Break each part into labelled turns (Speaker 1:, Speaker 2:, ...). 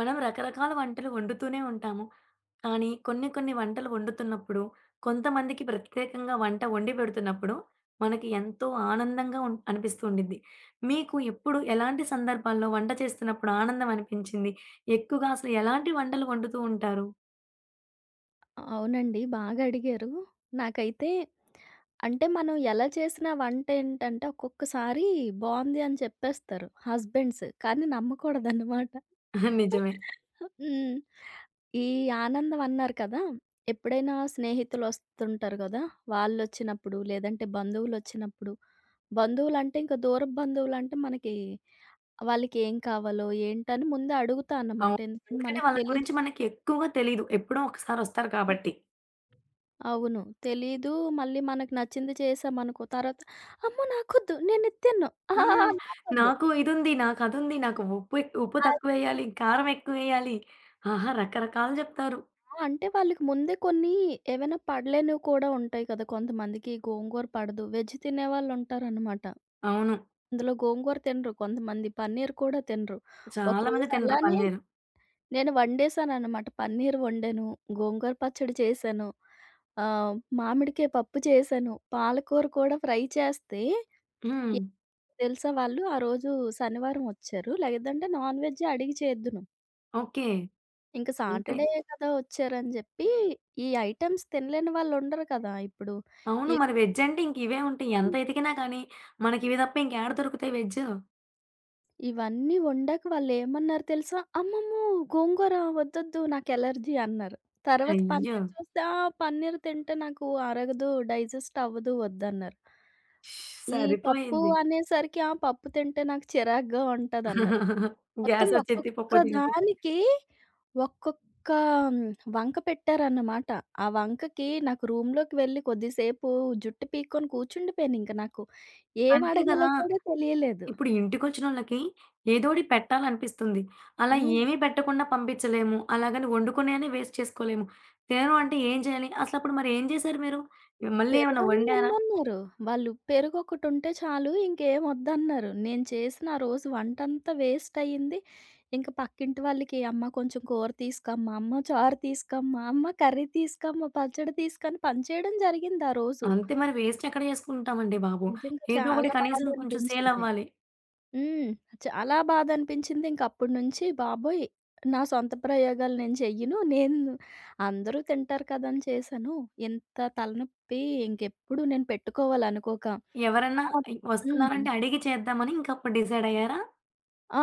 Speaker 1: మనం రకరకాల వంటలు వండుతూనే ఉంటాము. కానీ కొన్ని కొన్ని వంటలు వండుతున్నప్పుడు, కొంతమందికి ప్రత్యేకంగా వంట వండి పెడుతున్నప్పుడు, మనకి ఎంతో ఆనందంగా అనిపిస్తూ ఉండిద్ది. మీకు ఎప్పుడు ఎలాంటి సందర్భాల్లో వంట చేస్తున్నప్పుడు ఆనందం అనిపించింది? ఎక్కువగా అసలు ఎలాంటి వంటలు వండుతూ ఉంటారు?
Speaker 2: అవునండి. బాగా అడిగారు. నాకైతే మనం ఎలా చేసిన వంటేంటంటే ఒక్కొక్కసారి బావుంది అని చెప్పేస్తారు హస్బెండ్స్. కానీ నమ్మకూడదనమాట.
Speaker 1: నిజమే.
Speaker 2: హ్మ్. ఈ ఆనందం అన్నారు కదా! ఎప్పుడైనా స్నేహితులొస్తుంటారు గదా! వాళ్ళొచ్చినప్పుడు, లేదంటే బంధువులొచ్చినప్పుడు, బంధువులంటే ఇంకా దూరపు బంధువులంటే మనకి వాళ్ళకేం కావాలో, ఏంటని ముందే అడుగుతా అన్నమాట.
Speaker 1: అవును.
Speaker 2: ఎందుకంటే
Speaker 1: ఎందుకంటే
Speaker 2: మనకు
Speaker 1: వాళ్ళ
Speaker 2: తెలీదు.
Speaker 1: గురించి మనకి ఎక్కువగా తెలీదు. ఎప్పుడో ఒకసారి వస్తారు కాబట్టి.
Speaker 2: అవును, తెలీదు. మళ్ళీ మనకు నచ్చింది చేశామనుకో తర్వాత, "అమ్మో! నాకొద్దు. నేనిది తిన్ను.
Speaker 1: ఆ!
Speaker 2: ఆహా! నాకొద్దు."
Speaker 1: నాకు ఇదుంది, నాకు అదుంది, నాకు ఉప్పు
Speaker 2: ఆహ్,
Speaker 1: తక్కువేయాలి, కారం ఎక్కువేయాలి. ఆహా! రకరకాలు జెప్తారు.
Speaker 2: అంటే వాళ్ళకి ముందే కొన్ని ఏవైనా పడలేనివి కూడా ఉంటాయి కదా! కొంతమందికి గోంగూర పడదు. వెజ్ తినేవాళ్ళుంటారనమాట.
Speaker 1: అవును.
Speaker 2: అందులో గోంగూర తినరు. కొంతమంది పన్నీర్ కూడా తినరు.
Speaker 1: చాలా మంది
Speaker 2: ఒకరోజు
Speaker 1: తినరు
Speaker 2: అలానే
Speaker 1: పన్నీరు.
Speaker 2: నేను వండేశాననమాట. పన్నీర్ వండాను. గోంగూర పచ్చడి చేశాను. ఆహ్, మామిడికాయ పప్పు చేశాను. పాలకూర కూడా ఫ్రై చేస్తే
Speaker 1: హ్మ్.
Speaker 2: తెలుసా వాళ్ళు ఆ రోజు శనివారం వచ్చారు. లేదంటే నాన్ వెజ్జే అడిగి చేద్దును.
Speaker 1: ఓకే.
Speaker 2: ఇంక
Speaker 1: అంతే.
Speaker 2: సాటర్డే కదా వచ్చారని జెప్పి, ఈ ఐటెమ్స్ తినలేని వాళ్ళుండరు కదా! ఇప్పుడు.
Speaker 1: అవును. మరి వెజ్ అంటే ఇంక ఇవే ఉంటాయి. ఎంత
Speaker 2: ఎక్కువ
Speaker 1: ఎతికినా కానీ, మనకివి తప్ప ఇంకేడ దొరుకుతాయి వెజ్?
Speaker 2: ఇవన్నీ వండాక వాళ్ళేమన్నారు తెలుసా? అమ్మమ్మో! గోంగూర వద్దొద్దు, నాకు ఎలర్జీ అన్నారు. తర్వాత
Speaker 1: అయ్యో!
Speaker 2: పన్నీర్ చూస్తే, ఆ! పన్నీర్ తింటే నాకు అరగదు, డైజెస్ట్ అవ్వదు వద్దన్నారు. ఈ పప్పు
Speaker 1: సరిపోయింది.
Speaker 2: అనేసరికి, ఆ! పప్పు తింటే నాకు చిరాగ్గా ఉంటదన్నారు. మొత్తం
Speaker 1: గ్యాసొచ్చేద్ది
Speaker 2: ఒక్కొక్క
Speaker 1: పప్పు తింటే.
Speaker 2: దానికి ఒక్కొక్క హ్మ్, వంక పెట్టారన్నమాట. ఆ వంకకి నాకు రూమ్‌లోకి వెళ్ళి కొద్దిసేపు జుట్టు పీక్కొని కూర్చుండిపోయాను ఇంక నాకు. ఏం
Speaker 1: అంతే కదా!
Speaker 2: అడగాలో కూడా తెలియలేదు.
Speaker 1: ఇప్పుడు ఇంటికొచ్చినోళ్ళకి ఏదోటి పెట్టాలనిపిస్తుంది. అలా
Speaker 2: హ్మ్.
Speaker 1: ఏమీ పెట్టకుండా పంపించలేము. అలాగని వండుకునేయని వేస్ట్ చేసుకోలేము. తినను అంటే ఏం చేయాలి? అసలప్పుడు మరేం చేశారు మీరు? మళ్ళీ ఏమైనా
Speaker 2: పెరుగన్నం
Speaker 1: వండారా?
Speaker 2: ఇమ్మన్నారు. వాళ్ళు పెరుగొకటుంటే చాలు ఇంకేం వద్దన్నారు. నేను చేసిన ఆ రోజు వంటంతా వేస్ట్ అయింది. ఇంక పక్కింటి వాళ్ళకి "అమ్మ కొంచెం కూర తీసుకమ్మా, అమ్మ చారు తీసుకమ్మా, అమ్మ కర్రీ తీసుకమ్మా, పచ్చడి తీసుకు" అని పనిచేయడం జరిగింది ఆ రోజు.
Speaker 1: అంతే మరి వేస్ట్ ఎక్కడ చేసుకుంటామండి బాబు.
Speaker 2: నిజంగా
Speaker 1: ఏదో ఒకటి
Speaker 2: చాలా
Speaker 1: కనీసం కొంచెం సేల్
Speaker 2: బాధనిపించింది.
Speaker 1: అవ్వాలి.
Speaker 2: హ్మ్. చాలా బాధనిపించింది. ఇంకప్పటి నుంచి బాబోయ్! నా సొంత ప్రయోగాలు నేను చెయ్యను. నేను అందరూ తింటారు కదా అని చేశాను. ఇంత తలనొప్పి ఇంకెప్పుడు నేను పెట్టుకోవాలనుకోక.
Speaker 1: ఎవరన్నా
Speaker 2: ఆ! హ్మ్.
Speaker 1: వస్తున్నారంటే అడిగి చేద్దామని ఇంక అప్పుడు డిసైడ్ అయ్యారా?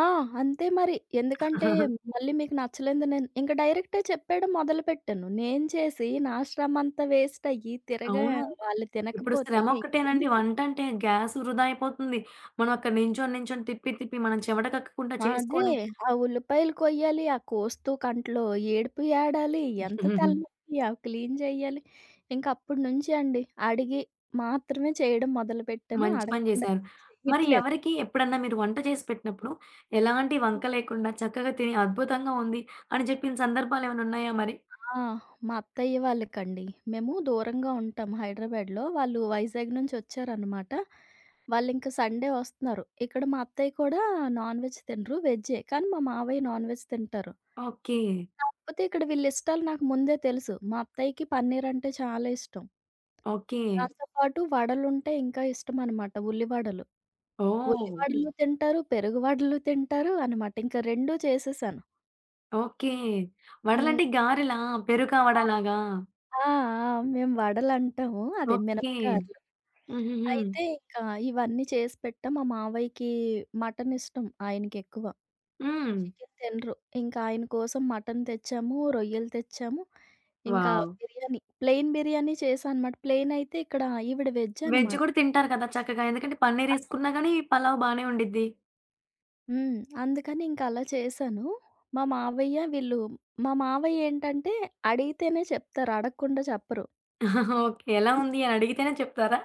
Speaker 2: ఆ! అంతే మరి. ఎందుకంటే మళ్ళీ మీకు నచ్చలేదు నేను ఇంక డైరెక్టే చెప్పేయడం మొదలుపెట్టాను. నేను చేసి నా శ్రమంతా వేస్ట్ అయ్యి తిరగా
Speaker 1: అవును.
Speaker 2: వాళ్ళు
Speaker 1: ఇప్పుడు
Speaker 2: తినకపోతే
Speaker 1: శ్రమ ఒక్కటేనండి.
Speaker 2: ఇంకెందుకు?
Speaker 1: వంట అంటే గ్యాస్ వృధా అయిపోతుంది. మనం అక్కడ నించొని, నించొని తిప్పి, తిప్పి మనం చెమటకక్కకుండా
Speaker 2: అదే.
Speaker 1: చేసుకొని
Speaker 2: ఆ ఉల్లిపాయలు కొయ్యాలి, ఆ కోస్తూ కంట్లో ఏడుపు ఏడాలి, ఎంత తలనొప్పి అవి క్లీన్ జెయ్యాలి. ఇంక అప్పటి నుంచి అండి అడిగి మాత్రమే చేయడం మొదలుపెట్టాను.
Speaker 1: మంచి పని
Speaker 2: అడగకుండా
Speaker 1: చేశారు. మరి
Speaker 2: చెయ్యట్లేదు.
Speaker 1: ఎవరికి ఎప్పుడన్నా మీరు వంట చేసి పెట్టినప్పుడు ఎలాంటి వంక లేకుండా చక్కగా తిని అద్భుతంగా ఉంది అని చెప్పిన సందర్భాలేమైనా ఉన్నాయా మరి?
Speaker 2: ఆ! మా అత్తయ్య వాళ్ళకండి. మేము దూరంగా ఉంటాం హైదరాబాద్‌లో. వాళ్ళు వైజాగ్ నుంచి వచ్చారనమాట. వాళ్ళింక సండే వస్తున్నారు. ఇక్కడ మా అత్తయ్య కూడా నాన్ వెజ్ తినరు. వెజ్జే. కానీ మా మావయ్య నాన్ వెజ్ తింటారు.
Speaker 1: ఓకే.
Speaker 2: కాకపోతే ఇక్కడ వీళ్ళ ఇష్టాలు నాకు ముందే తెలుసు. మా అత్తయ్యకి పన్నీరంటే చాలా ఇష్టం.
Speaker 1: ఓకే.
Speaker 2: దాంతో పాటు వడలుంటే ఇంకా ఇష్టమనమాట, ఉల్లివడలు. హ్మ్.
Speaker 1: ఓహ్!
Speaker 2: ఉల్లివడలు తింటారు, పెరుగు వడలు తింటారు అనమాట. ఇంకా 2 చేసేసాను.
Speaker 1: ఓకే.
Speaker 2: హ్మ్.
Speaker 1: వడలంటే గారెలా? పెరుగా,
Speaker 2: ఆ!
Speaker 1: వడలాగా?
Speaker 2: ఆ! మేము వడలంటాము. అదే
Speaker 1: ఓకే.
Speaker 2: మినపగారెలు.
Speaker 1: హుహుహు.
Speaker 2: అయితే ఇంకా ఇవన్నీ చేసి పెట్టా. మా మావయ్యకి మటనిష్టం ఆయనకెక్కువ.
Speaker 1: హ్మ్.
Speaker 2: చికెన్ తినరు. ఇంకా ఆయన కోసం మటన్ తెచ్చాము, రొయ్యలు తెచ్చాము. ఇంకా
Speaker 1: వావ్!
Speaker 2: బిర్యానీ, ప్లెయిన్ బిర్యానీ చేశా అనమాట. ప్లెయిన్ అయితే ఇక్కడ ఈవిడ వెజ్
Speaker 1: వెజ్
Speaker 2: అనమాట.
Speaker 1: కూడా తింటారు కదా చక్కగా. ఎందుకంటే పన్నీరేసుకున్నా గానీ పలావ్ బానే ఉండిద్ది.
Speaker 2: హ్మ్. అందుకని ఇంక అలా చేశాను. మా మావయ్య వీళ్ళు మా మావయ్య ఏంటంటే అడిగితేనే చెప్తారు. అడగకుండా చెప్పరు.
Speaker 1: ఓకే. ఎలా ఉంది అని అడిగితేనే చెప్తారా?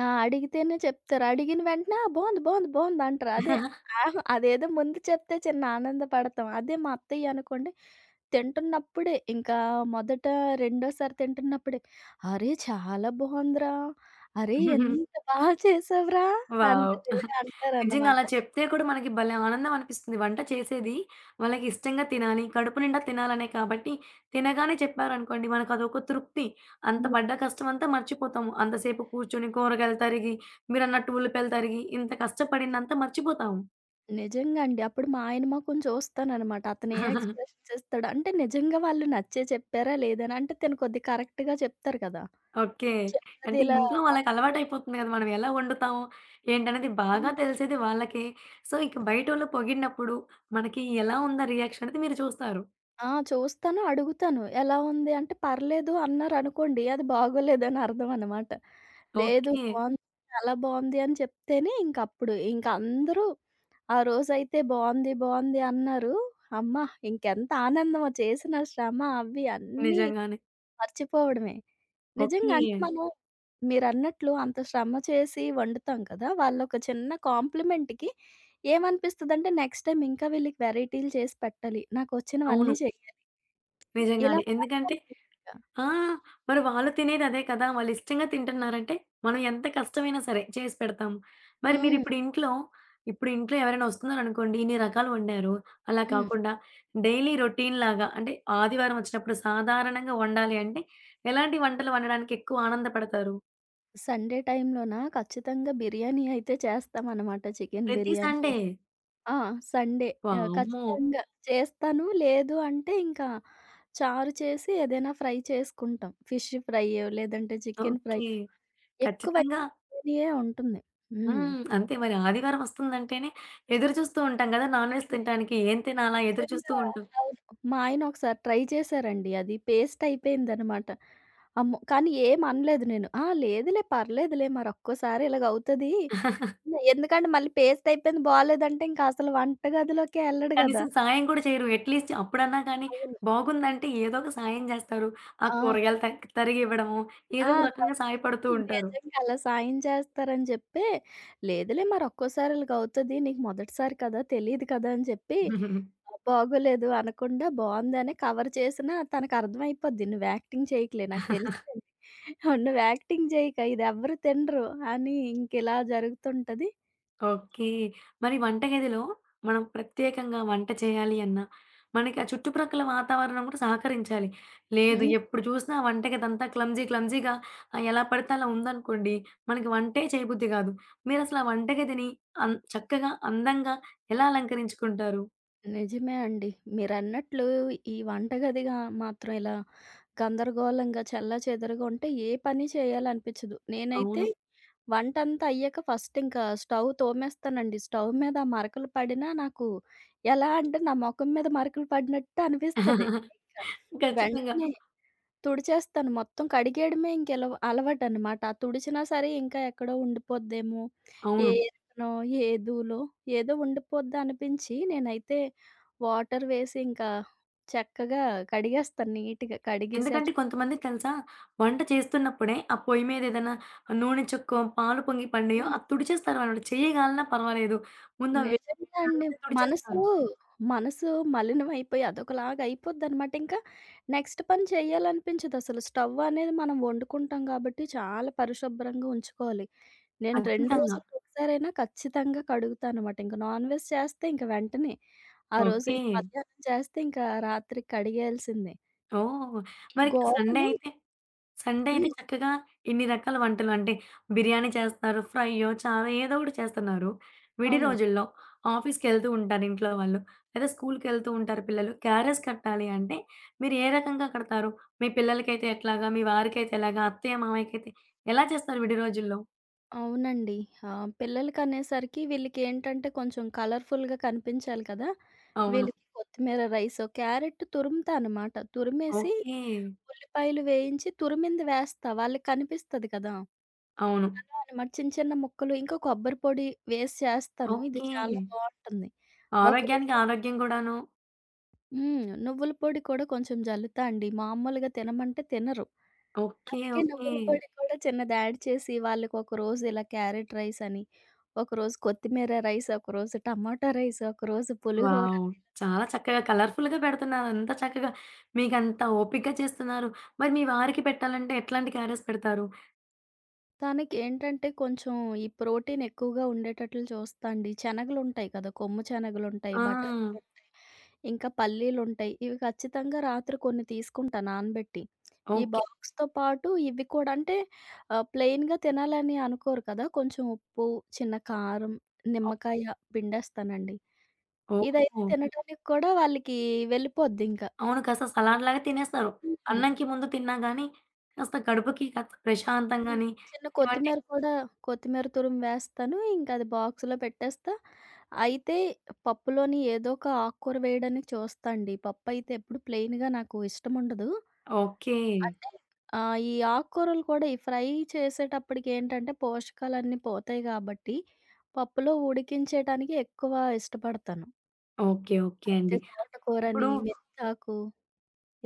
Speaker 2: ఆ! అడిగితేనే చెప్తారు. అడిగిన వెంటనే ఆ! బావుంది, బావుంది, బావుంది అంటారు. అదే ఆహా! అదేదో ముందు చెప్తే చిన్న ఆనందపడతాం. అదే మా అత్తయ్య అనుకోండి, తింటున్నప్పుడే ఇంకా మొదట రెండోసారి తింటున్నప్పుడే, "అరే! చాలా బావుందిరా! అరే! ఎంత బాగా చేసావురా!"
Speaker 1: వావ్!
Speaker 2: అంటారు. ఇలా
Speaker 1: నిజంగా
Speaker 2: అంటారనమాట.
Speaker 1: అలా చెప్తే కూడా మనకి భలే ఆనందం అనిపిస్తుంది. వంట చేసేది వాళ్ళకి ఇష్టంగా తినాలి. కడుపు నిండా తినాలనే కాబట్టి తినగానే చెప్పారనుకోండి మనకు అదొక తృప్తి. అంత
Speaker 2: హ్మ్.
Speaker 1: పడ్డ కష్టమంతా మర్చిపోతాము. అంతసేపు కూర్చొని కూరగాయలు తరిగి, మీరన్నట్టు ఉల్లిపాయలు తరిగి ఇంత కష్టపడిందంతా మర్చిపోతాము.
Speaker 2: నిజంగా అండి. అప్పుడు మా ఆయన మొఖం చూస్తాననమాట. అతను ఏ ఎక్స్‌ప్రెషన్స్ ఇస్తాడు. అంటే నిజంగా వాళ్ళు నచ్చే చెప్పారా? లేదా? అని. అంటే తిను కొద్దిగా కరెక్ట్‌గా చెప్తారు కదా!
Speaker 1: ఓకే.
Speaker 2: చిన్నది
Speaker 1: అంటే
Speaker 2: ఇలా
Speaker 1: ఇంట్లో
Speaker 2: మొఖం
Speaker 1: వాళ్ళకి
Speaker 2: చూసి
Speaker 1: అలవాటైపోతుంది కదా! మనం ఎలా వండుతాము, ఏంటనేది బాగా తెలిసేది వాళ్ళకే. సో, ఇక బయటోళ్ళు పొగిడినప్పుడు మనకి ఎలా ఉందా రియాక్షన్ అనేది మీరు చూస్తారు.
Speaker 2: ఆ! చూస్తాను, అడుగుతాను. ఎలా ఉంది అంటే, పర్లేదు అన్నారనుకోండి, అది బాగోలేదని అర్థం అనమాట. లేదు
Speaker 1: ఓకే.
Speaker 2: బావుంది, చాలా బావుంది అని చెప్తేనే ఇంకప్పుడు, ఇంకందరూ ఆ రోజైతే బావుంది, బావుంది అన్నారు. అమ్మా! ఇంకెంత ఆనందమో చేసిన శ్రమ అవి అన్నీ
Speaker 1: నిజంగానే.
Speaker 2: మర్చిపోవడమే. నిజంగా
Speaker 1: ఓకే.
Speaker 2: అంటే మనం మీరన్నట్లు అంత శ్రమ చేసి వండుతాం కదా! వాళ్ళొక చిన్న కాంప్లిమెంట్‌కి ఏమనిపిస్తదంటే నెక్స్ట్ టైమ్ ఇంకా వీళ్ళకి వెరైటీలు చేసి పెట్టాలి,
Speaker 1: అవును.
Speaker 2: నాకొచ్చినవన్నీ చెయ్యాలి. ఇలా
Speaker 1: నిజంగానే. ఎందుకంటే
Speaker 2: మారిపోతుందింకా.
Speaker 1: ఆ! మరి వాళ్ళు తినేది అదే కదా! వాళ్ళు ఇష్టంగా తింటున్నారంటే, మనం ఎంత కష్టమైనా సరే చేసి పెడతాము. మరి
Speaker 2: హ్మ్.
Speaker 1: మీరిప్పుడు ఇంట్లో ఇప్పుడు ఇంట్లో ఎవరైనా వస్తున్నారనుకోండి, ఇన్ని రకాలు వండారు. అలా
Speaker 2: హ్మ్.
Speaker 1: కాకుండా డైలీ రొటీన్‌లాగా అంటే ఆదివారం వచ్చినప్పుడు సాధారణంగా వండాలి అంటే, ఎలాంటి వంటలు వండడానికి ఎక్కువ ఆనందపడతారు?
Speaker 2: సండే టైమ్‌లోనా ఖచ్చితంగా బిర్యానీ అయితే చేస్తామనమాట. చికెన్
Speaker 1: ప్రతి
Speaker 2: బిర్యానీయో
Speaker 1: సండే.
Speaker 2: ఆ! సండే ఆహ్,
Speaker 1: వామ్మో!
Speaker 2: ఖచ్చితంగా చేస్తాను. లేదు అంటే ఇంకా చారు చేసి ఏదైనా ఫ్రై చేసుకుంటాం. ఫిష్ ఫ్రైయో లేదంటే చికెన్
Speaker 1: ఓకే.
Speaker 2: ఫ్రైయో ఎక్కువ
Speaker 1: ఖచ్చితంగా
Speaker 2: బిర్యానీయే ఉంటుంది. హ్మ్.
Speaker 1: హ్మ్. అంతే మరి ఆదివారం వస్తుందంటేనే ఎదురు చూస్తూ ఉంటాం కదా! నాన్ వెజ్ తినటానికి. ఏం తినాలా ఎదురు చూస్తూ
Speaker 2: నిజంగా.
Speaker 1: ఉంటాం.
Speaker 2: అవును. మా ఆయన ఒకసారి ట్రై చేశారండి అది. పేస్ట్ అయిపోయిందనమాట. అమ్మో! కానీ ఏమనలేదు నేను. ఆ! లేదులే పర్లేదులే మరొక్కోసారి ఇలాగవుతది. ఎందుకంటే మళ్ళీ పేస్ట్ అయిపోయింది బాలేదంటే ఇంక అసలు వంటగదిలోకే ఎళ్ళడు గదా!
Speaker 1: కనీసం సాయం కూడా చేయరు. అట్‌లీస్ట్ అప్పుడన్నా కానీ
Speaker 2: అవును.
Speaker 1: బాగుందంటే ఏదో ఒక సాయం జేస్తారు. ఆ
Speaker 2: ఆ!
Speaker 1: కూరగాయలు తరిగివ్వడము, ఏదో
Speaker 2: ఆ!
Speaker 1: ఒక రకంగా సాయపడుతూ ఉంటారు.
Speaker 2: నిజంగా అలా సాయం చేస్తారని చెప్పి, లేదులే మరొక్కోసారి ఇలాగవుతది. నీకు మొదటిసారి కదా! తెలీదు కదా అని చెప్పి బాగోలేదు అనకుండా బావుందనే కవర్ చేసినా తనకర్థమైపోద్ది. నువ్వు యాక్టింగ్ చేయకులే, నాకు తెలిసిపోయింది. నువ్వు యాక్టింగ్ చేయక ఇదెవ్వరు తినరు అని ఇంకిలా జరుగుతుంటది.
Speaker 1: ఓకే. మరి వంటగదిలో మనం ప్రత్యేకంగా వంట చేయాలి అన్నా, మనకి ఆ చుట్టుప్రక్కల వాతావరణం కూడా సహకరించాలి. లేదు
Speaker 2: హ్మ్.
Speaker 1: ఎప్పుడు చూసినా ఆ వంటగదంతా క్లమ్జీ క్లమ్జీగా ఆహ్, ఎలా పడితే అలా ఉందనుకోండి, మనకి వంటే చేయబుద్ధి గాదు. మీరసలు ఆ వంటగదిని చక్కగా, అందంగా ఎలా అలంకరించుకుంటారు?
Speaker 2: నిజమే అండి. మీరన్నట్లు వంటగదిగా మాత్రం ఇలా గందరగోళంగా, చెల్లాచెదరుగా ఉంటే ఏ పని చేయాలనిపిచ్చదు. నేనైతే
Speaker 1: అవును.
Speaker 2: వంటంతా అయ్యాక ఫస్ట్ ఇంకా స్టవ్ తోమేస్తానండి. స్టవ్ మీద ఆ మరకలు పడినా నాకు ఎలా అంటే నా మొఖం మీద మరకలు పడినట్టు అనిపిస్తది.
Speaker 1: ఖచ్చితంగా.
Speaker 2: వెంటనే తుడిచేస్తాను. మొత్తం కడిగేయడమే ఇంకెలవ అలవాటనమాట. ఆ తుడిచినా సరే ఇంకా ఎక్కడో ఉండిపోద్దేమో, ఏ
Speaker 1: అవును.
Speaker 2: ఎత్తునో, ఏ ధూళో ఏదో ఉండిపోద్ది అనిపించి నేనైతే వాటర్ వేసి ఇంకా చక్కగా కడిగేస్తాను నీట్‌గా. కడిగేసి ఆ
Speaker 1: ఎందుకంటే
Speaker 2: చు
Speaker 1: కొంతమందికి తెలుసా? వంట చేస్తున్నప్పుడే ఆ పొయ్యి మీద ఏదైనా నూనె చుక్కో, పాలు పొంగి పడినాయో
Speaker 2: హ్మ్.
Speaker 1: అది తుడిచేస్తారనమాట. చెయ్యగాలినా పర్వాలేదు. ముందు అవి
Speaker 2: నిజంగా
Speaker 1: దాని
Speaker 2: అండి.
Speaker 1: మీద
Speaker 2: మనసు,
Speaker 1: తుడిచేస్తారు.
Speaker 2: మనసు మలినమైపోయి అదొకలాగా అయిపోద్దనమాట. ఇంకా నెక్స్ట్ పని చేయాలనిపించదసలు. స్టవ్ అనేది మనం వండుకుంటాం కాబట్టి చాలా పరిశుభ్రంగా ఉంచుకోవాలి. నేను 2
Speaker 1: ఖచ్చితంగా.
Speaker 2: రోజులకొకసారైనా ఖచ్చితంగా కడుగుతానమాట. ఇంక నాన్ వెజ్ చేస్తే ఇంక వెంటనే, ఆ రోజు
Speaker 1: ఓకే.
Speaker 2: ఇంక మధ్యాహ్నం చేస్తే ఇంకా రాత్రికి కడిగేయాల్సిందే.
Speaker 1: ఓహ్!
Speaker 2: ఈ
Speaker 1: మరి సండే
Speaker 2: గోడలు
Speaker 1: అయితే సండే
Speaker 2: హ్మ్.
Speaker 1: అయితే చక్కగా ఇన్ని రకాల వంటలు అంటే బిర్యానీ చేస్తున్నారు, ఫ్రైయో, చారో ఏదో ఒకటి చేస్తున్నారు. విడి
Speaker 2: అవును.
Speaker 1: రోజుల్లో ఆఫీస్‌కెళ్తూ ఉంటారు ఇంట్లో వాళ్ళు. లేదా స్కూల్‌కెళ్తూ ఉంటారు పిల్లలు. క్యారేజ్ కట్టాలి అంటే మీరు ఏ రకంగా కడతారు? మీ పిల్లలకైతే ఎట్లాగా? మీ వారికైతే ఎలాగా? అత్తయ్య, మామయ్యకైతే ఎలా చేస్తారు విడి రోజుల్లో?
Speaker 2: అవునండి. ఆ! పిల్లలకనేసరికి వీళ్ళకేంటంటే కొంచెం కలర్‌ఫుల్‌గా కనిపించాలి కదా!
Speaker 1: అవును.
Speaker 2: వీళ్ళకి కొత్తిమీర రైసో, క్యారెట్ తురుముతానమాట. తురిమేసి,
Speaker 1: ఓకే.
Speaker 2: ఉల్లిపాయలు వేయించి తురిమింది వేస్తా. వాళ్ళకి కనిపిస్తది కదా!
Speaker 1: అవును.
Speaker 2: అలా అనమాట. చిన్న చిన్న ముక్కలు ఇంకా కొబ్బరి పొడి వేసి చేస్తాను. ఇది
Speaker 1: ఓకే.
Speaker 2: చాలా బావుంటుంది. ఒకరోజు
Speaker 1: ఆరోగ్యానికి ఆరోగ్యం గూడాను.
Speaker 2: హ్మ్. నువ్వుల పొడి కూడా కొంచెం జల్లుతా అండి. మామూలుగా తినమంటే తినరు.
Speaker 1: ఓకే.
Speaker 2: అందుకే
Speaker 1: ఓకే.
Speaker 2: నువ్వుల పొడి కూడా చిన్నది యాడ్ చేసి వాళ్ళకి ఒకరోజు ఇలా క్యారెట్ రైస్ అని, ఒకరోజు కొత్తిమీర రైస్, ఒకరోజు టమాటా రైస్, ఒకరోజు పులిహోర.
Speaker 1: వావ్! చాలా చక్కగా కలర్‌ఫుల్‌గా పెడుతున్నారు. అంత చక్కగా మీకంత ఓపికగా చేస్తున్నారు. మరి మీ వారికి పెట్టాలంటే ఎట్లాంటి క్యారేజ్ పెడతారు?
Speaker 2: తనకేంటంటే కొంచెం ఈ ప్రోటీన్ ఎక్కువగా ఉండేటట్లు చూస్తా అండి. శనగలుంటాయి కదా! కొమ్ము శనగలుంటాయి,
Speaker 1: ఆ!
Speaker 2: బఠానీలు ఇంకా పల్లీలుంటాయి. ఇవి ఖచ్చితంగా రాత్రి కొన్ని తీసుకుంటా నానబెట్టి. ఈ
Speaker 1: ఓకే.
Speaker 2: బాక్స్‌తో పాటు ఇవి కూడా అంటే ప్లెయిన్‌గా తినాలని అనుకోరు కదా! కొంచెం ఉప్పు, చిన్న కారం,
Speaker 1: ఓ
Speaker 2: నిమ్మకాయ పిండేస్తానండి. ఇదైతే
Speaker 1: ఓహ్!
Speaker 2: తినడానికి కూడా వాళ్ళకి వెళ్ళిపోద్దింక.
Speaker 1: అవును. కాస్త సలాడ్‌లాగా తినేస్తారు.
Speaker 2: హ్మ్. హ్మ్.
Speaker 1: అన్నంకి ముందు తిన్నా గాని కాస్త కడుపుకి కాస్త ప్రశాంతంగాని
Speaker 2: చిన్న
Speaker 1: ఏమంటే
Speaker 2: కొత్తిమీర కూడా కొత్తిమీర తురుము వేస్తాను. ఇంక అది బాక్స్‌లో పెట్టేస్తా. అయితే పప్పులోని ఏదో ఒక ఆకుకూర వేయడానికి చూస్తా అండి. పప్పయితే ఎప్పుడు ప్లెయిన్‌గా నాకు ఇష్టముండదు.
Speaker 1: ఓకే.
Speaker 2: అంటే ఈ ఆకుకూరలు కూడా ఈ ఫ్రై చేసేటప్పటికేంటంటే పోషకాలన్నీ పోతాయి గాబట్టి, పప్పులో ఉడికించేయటానికి ఎక్కువ ఇష్టపడతాను.
Speaker 1: ఓకే. ఓకే
Speaker 2: అయితే
Speaker 1: అండి. ఇప్పుడు
Speaker 2: తోటకూరని, మెంతాకు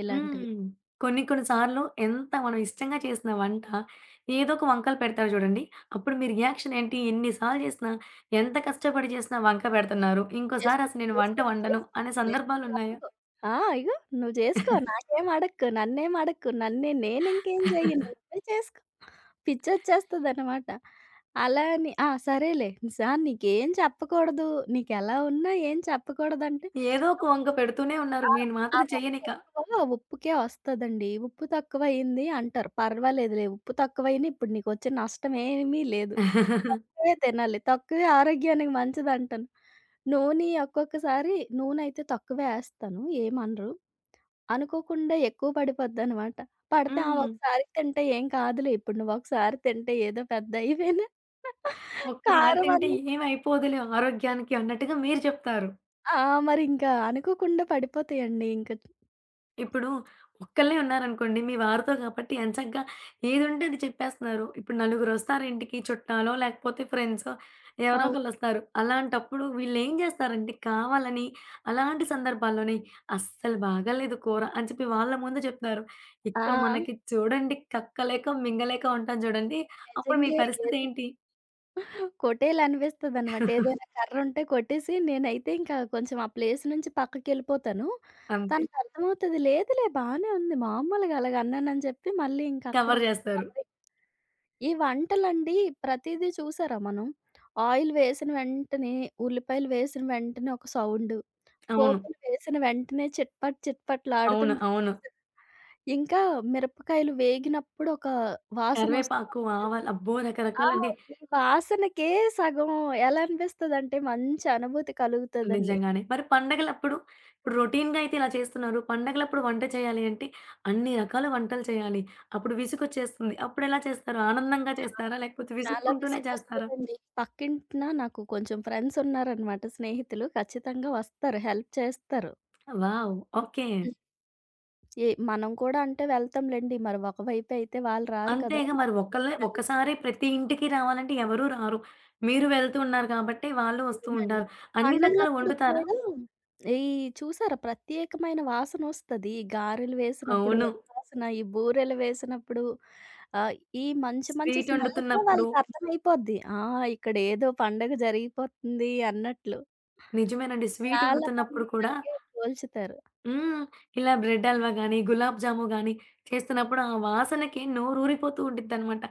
Speaker 2: ఇలాంటివి.
Speaker 1: హ్మ్. కొన్ని కొన్ని సార్లు ఎంత మనం ఇష్టంగా చేసిన వంట ఏదో ఒక వంకలు పెడతారు చూడండి. అప్పుడు మీ రియాక్షన్ ఏంటి? ఎన్ని సార్లు చేసినా, ఎంత కష్టపడి చేసినా వంక పెడుతున్నారు. ఇంకోసారి
Speaker 2: చేసుకో.
Speaker 1: అసలు
Speaker 2: నువ్వు
Speaker 1: నేను వంట
Speaker 2: చేసుకో. నువ్వు
Speaker 1: వండను
Speaker 2: చేసుకో.
Speaker 1: అనే
Speaker 2: నాకింకా
Speaker 1: సందర్భాలున్నాయా?
Speaker 2: చెప్పకు. ఆ! ఇగో నువ్వు జేసుకో. నాకేం అడక్కు. నన్నేం అడక్కు. నన్నే నేనింకేం జెయ్యను. నువ్వే చేసుకో. పిచ్చొచ్చేస్తదనమాట. అలా అని ఆ! సరేలే. సా నీకేం చెప్పకూడదు. నీకెలా ఉన్నా ఏం చెప్పకూడదంటే
Speaker 1: ఏదో ఒక వంక పెడుతూనే ఉన్నారు.
Speaker 2: ఆ!
Speaker 1: నేను
Speaker 2: ఆ
Speaker 1: మాత్రం చెయ్యనిక.
Speaker 2: వంటెక్కువ ఉప్పుకే వస్తదండి. ఉప్పు తక్కువయింది అంటారు. పర్వాలేదులే ఉప్పు తక్కువైనా ఇప్పుడు నీకొచ్చే నష్టమేమీ లేదు. తక్కువే తినాలి. తక్కువే ఆరోగ్యానికి మంచిదంటాను. నూనె ఒక్కొక్కసారి నూనెయితే తక్కువే ఏస్తాను ఏమనరు. అనుకోకుండా ఎక్కువ పడిపోద్దనమాట. పడితే ఆ
Speaker 1: హ్మ్.
Speaker 2: ఒకసారి తింటే ఏం కాదులే ఇప్పుడు నువ్వొకసారి తింటే ఏదో పెద్ద అయిపోయినా
Speaker 1: ఒక్కసారి
Speaker 2: కారం
Speaker 1: తింటే
Speaker 2: అనేసి
Speaker 1: ఏమి అయిపోదులే ఆరోగ్యానికి అన్నట్టుగా మీరు చెప్తారు.
Speaker 2: ఆ! మరింకా అనుకోకుండా పడిపోతాయండి ఇంక.
Speaker 1: ఇప్పుడు ఒక్కళ్ళే ఉన్నారనుకోండి మీ వారితో కాబట్టి ఎంచక్కా ఏదుంటే అది చెప్పేస్తున్నారు. ఇప్పుడు నలుగురొస్తారింటికి చుట్టాలో, లేకపోతే ఫ్రెండ్సో ఎవరో
Speaker 2: అవును.
Speaker 1: ఒకళ్ళొస్తారు. అలాంటప్పుడు వీళ్ళేం చేస్తారంటే కావాలని అలాంటి సందర్భాల్లోనే "అస్సలు బాగాలేదు కూర" అని చెప్పి వాళ్ళ ముందు చెప్తారు.
Speaker 2: ఆ!
Speaker 1: ఇక్కడ మనకి చూడండి కక్కలేక, మింగలేక ఉంటాం చూడండి. అప్పుడు మీ
Speaker 2: నిజంగే ఏది
Speaker 1: పరిస్థితేంటి?
Speaker 2: కొట్టేయాలనిపిస్తదనమాట. ఏదైనా కర్రుంటే కొట్టేసి నేనైతే ఇంకా కొంచెం ఆ ప్లేస్ నుంచి పక్కకెళ్ళిపోతాను.
Speaker 1: అంతే.
Speaker 2: తనకర్థమవుతది. లేదులే బానే ఉంది. మామూలుగా అలాగ అన్నానని చెప్పి మళ్ళీ ఇంక
Speaker 1: కవర్
Speaker 2: అక్కడొక
Speaker 1: చేస్తారు.
Speaker 2: కవరి ఈ వంటలండి ప్రతీదీ చూసారా మనం? ఆయిల్ వేసిన వెంటనే, ఉల్లిపాయలు వేసిన వెంటనే ఒక సౌండు,
Speaker 1: అవును.
Speaker 2: పోపులు వేసిన వెంటనే చిట్పట్
Speaker 1: అవును.
Speaker 2: చిట్పట్లాడుతుంటది
Speaker 1: అవును.
Speaker 2: చూసారా? ఇంకా మిరపకాయలు వేగినప్పుడు ఒక వాసనొస్తా
Speaker 1: కరివేపాకు,
Speaker 2: ఉంటది.
Speaker 1: ఆవాలు అబ్బో!
Speaker 2: ఆ!
Speaker 1: రకరకాలండి.
Speaker 2: ఈ వాసనకే సగం ఎలా అనిపిస్తదంటే మంచి అనుభూతి కలుగుతదండి.
Speaker 1: నిజంగానే. మరి పండగలప్పుడు ఇప్పుడు రొటీన్‌గా అయితే ఇలా చేస్తున్నారు. పండగలప్పుడు వంట చేయాలి అంటే అన్ని రకాల వంటలు చేయాలి. అప్పుడు విసుగొచ్చేస్తుంది. అప్పుడెలా చేస్తారు? ఆనందంగా
Speaker 2: చాలా,
Speaker 1: చేస్తారా? లేకపోతే
Speaker 2: చాలా
Speaker 1: విసుక్కుంటూనే చేస్తారా?
Speaker 2: విసుగొస్తదండి. పక్కింటిన నాకు కొంచెం ఫ్రెండ్స్ ఉన్నారనమాట, స్నేహితులు. ఖచ్చితంగా వస్తారు, హెల్ప్ చేస్తారు.
Speaker 1: వావ్! ఓకే.
Speaker 2: హ్మ్. ఏ మనం కూడా అంటే వెళ్తాంలెండి. మరి ఒకవైపు అయితే వాళ్ళు రారు కదా!
Speaker 1: అంతేగా మరి
Speaker 2: మనం కూడా
Speaker 1: ఒక్కళ్ళే
Speaker 2: వెళ్ళాలి.
Speaker 1: ఒక్కసారే ప్రతి ఇంటికి రావాలంటే ఎవరు రారు. మీరు వెళ్తూ ఉన్నారు కాబట్టి వాళ్ళు వస్తూ
Speaker 2: నిజమే అండి.
Speaker 1: ఉంటారు. అన్ని రకాలు
Speaker 2: పండగలప్పుడు
Speaker 1: వండుతారా?
Speaker 2: కూడా ఈ చూసారా ప్రత్యేకమైన వాసనొస్తది. ఈ గారెలు వేసినప్పుడు
Speaker 1: అవును.
Speaker 2: ఒక వాసన, ఈ బూరెలు వేసినప్పుడు ఆహ్, ఈ మంచి మంచి
Speaker 1: స్వీట్
Speaker 2: స్మెల్‌కే
Speaker 1: వండుతున్నప్పుడు
Speaker 2: వాళ్ళకర్థమైపోద్ది. ఆ! ఇక్కడేదో పండగ జరిగిపోతుంది అన్నట్లు.
Speaker 1: నిజమేనండి. స్వీట్
Speaker 2: చాలా
Speaker 1: వండుతున్నప్పుడు
Speaker 2: మంది
Speaker 1: కూడా
Speaker 2: అలాగే పోల్చుతారు.
Speaker 1: హ్మ్. ఇలా బ్రెడ్ హల్వా గాని, గులాబ్ జాము గాని చేస్తున్నప్పుడు ఆ వాసనకి నోరూరిపోతూ ఉండిద్దనమాట.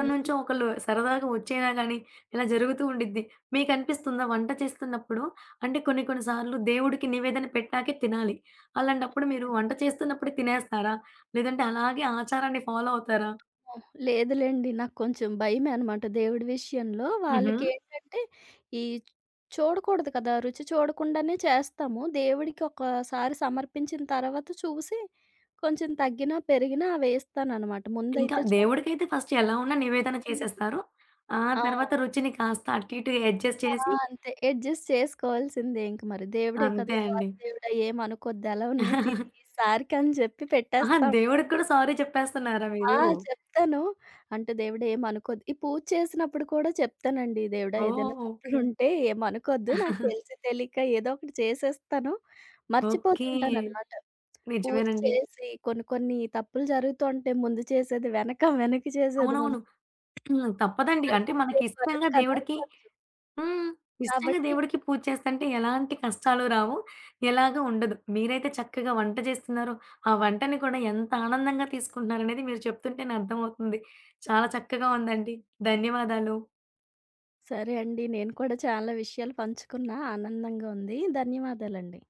Speaker 2: హ్మ్.
Speaker 1: ఒకళ్ళు సరదాగా వచ్చైనా గాని ఇలా జరుగుతూ ఉండిద్ది. మీకనిపిస్తుందా వంట చేస్తున్నప్పుడు అంటే కొన్ని కొన్ని సార్లు దేవుడికి నివేదన పెట్టాకే తినాలి. అలాంటప్పుడు మీరు వంట చేస్తున్నప్పుడే తినేస్తారా? లేదంటే అలాగే ఆచారాన్ని ఫాలో అవుతారా?
Speaker 2: లేదులెండి. నాకు కొంచెం భయమే అనమాట దేవుడి విషయంలో.
Speaker 1: హుహు.
Speaker 2: వాళ్ళకేంటంటే ఈ చూడకూడదు కదా! రుచి చూడకుండానే చేస్తాము. దేవుడికి ఒకసారి సమర్పించిన తర్వాత చూసి కొంచెం తగ్గినా, పెరిగినా వేస్తాననమాట.
Speaker 1: ఇంకా
Speaker 2: ముందైతే చూడను.
Speaker 1: దేవుడికైతే ఫస్ట్ ఎలా ఉన్నా నివేదన చేసేస్తారు. ఆ
Speaker 2: ఆ!
Speaker 1: తర్వాత రుచిని కాస్త అటు ఇటు అడ్జస్ట్
Speaker 2: ఆ!
Speaker 1: చేసి
Speaker 2: అంతే. అడ్జస్ట్ చేసుకోవాల్సిందే ఇంక మరి. దేవుడే కదా!
Speaker 1: అంతే అండి.
Speaker 2: సారీ దేవుడా, ఏమనుకోద్ది ఎలా ఉన్నా తిని ఈసారికి అని చెప్పి
Speaker 1: ఆహా!
Speaker 2: పెట్టేస్తాం.
Speaker 1: దేవుడికి కూడా సారీ చెప్పేస్తున్నారా
Speaker 2: ఆ!
Speaker 1: మీరు?
Speaker 2: చెప్తాను. అంటే దేవుడు ఏమనుకోద్దు. ఈ పూజ చేసినప్పుడు కూడా చెప్తానండి. దేవుడా ఏదైనా
Speaker 1: ఓహ్!
Speaker 2: తప్పులుంటే ఏమనుకోద్దు. నాకు తెలిసి తెలియక ఏదో ఒకటి చేసేస్తాను.
Speaker 1: ఓకే.
Speaker 2: మర్చిపోతుంటాననమాట. పూజ
Speaker 1: నిజమేనండి.
Speaker 2: చేసి కొన్ని కొన్ని తప్పులు జరుగుతూ ఉంటాయి. ముందు చేసేది వెనక, వెనక చేసేది ముందు.
Speaker 1: అవునవును. తప్పదండి. అంటే
Speaker 2: అలవాటు
Speaker 1: మనకి
Speaker 2: లేని పనులు
Speaker 1: ఇష్టంగా
Speaker 2: కదా!
Speaker 1: దేవుడికి
Speaker 2: కొంచెం.
Speaker 1: హ్మ్. ఇష్టంగా
Speaker 2: కాబట్టి
Speaker 1: దేవుడికి పూజ చేస్తంటే ఎలాంటి కష్టాలు రావు. ఎలాగా ఉండదు. మీరైతే చక్కగా వంట చేస్తున్నారు. ఆ వంటని కూడా ఎంత ఆనందంగా తీసుకుంటున్నారనేది మీరు చెప్తుంటేనే అర్థమవుతుంది. చాలా చక్కగా ఉందండి. ధన్యవాదాలు.
Speaker 2: సరే అండి. నేను కూడా చాలా విషయాలు పంచుకున్నా. ఆనందంగా ఉంది. ధన్యవాదాలండి.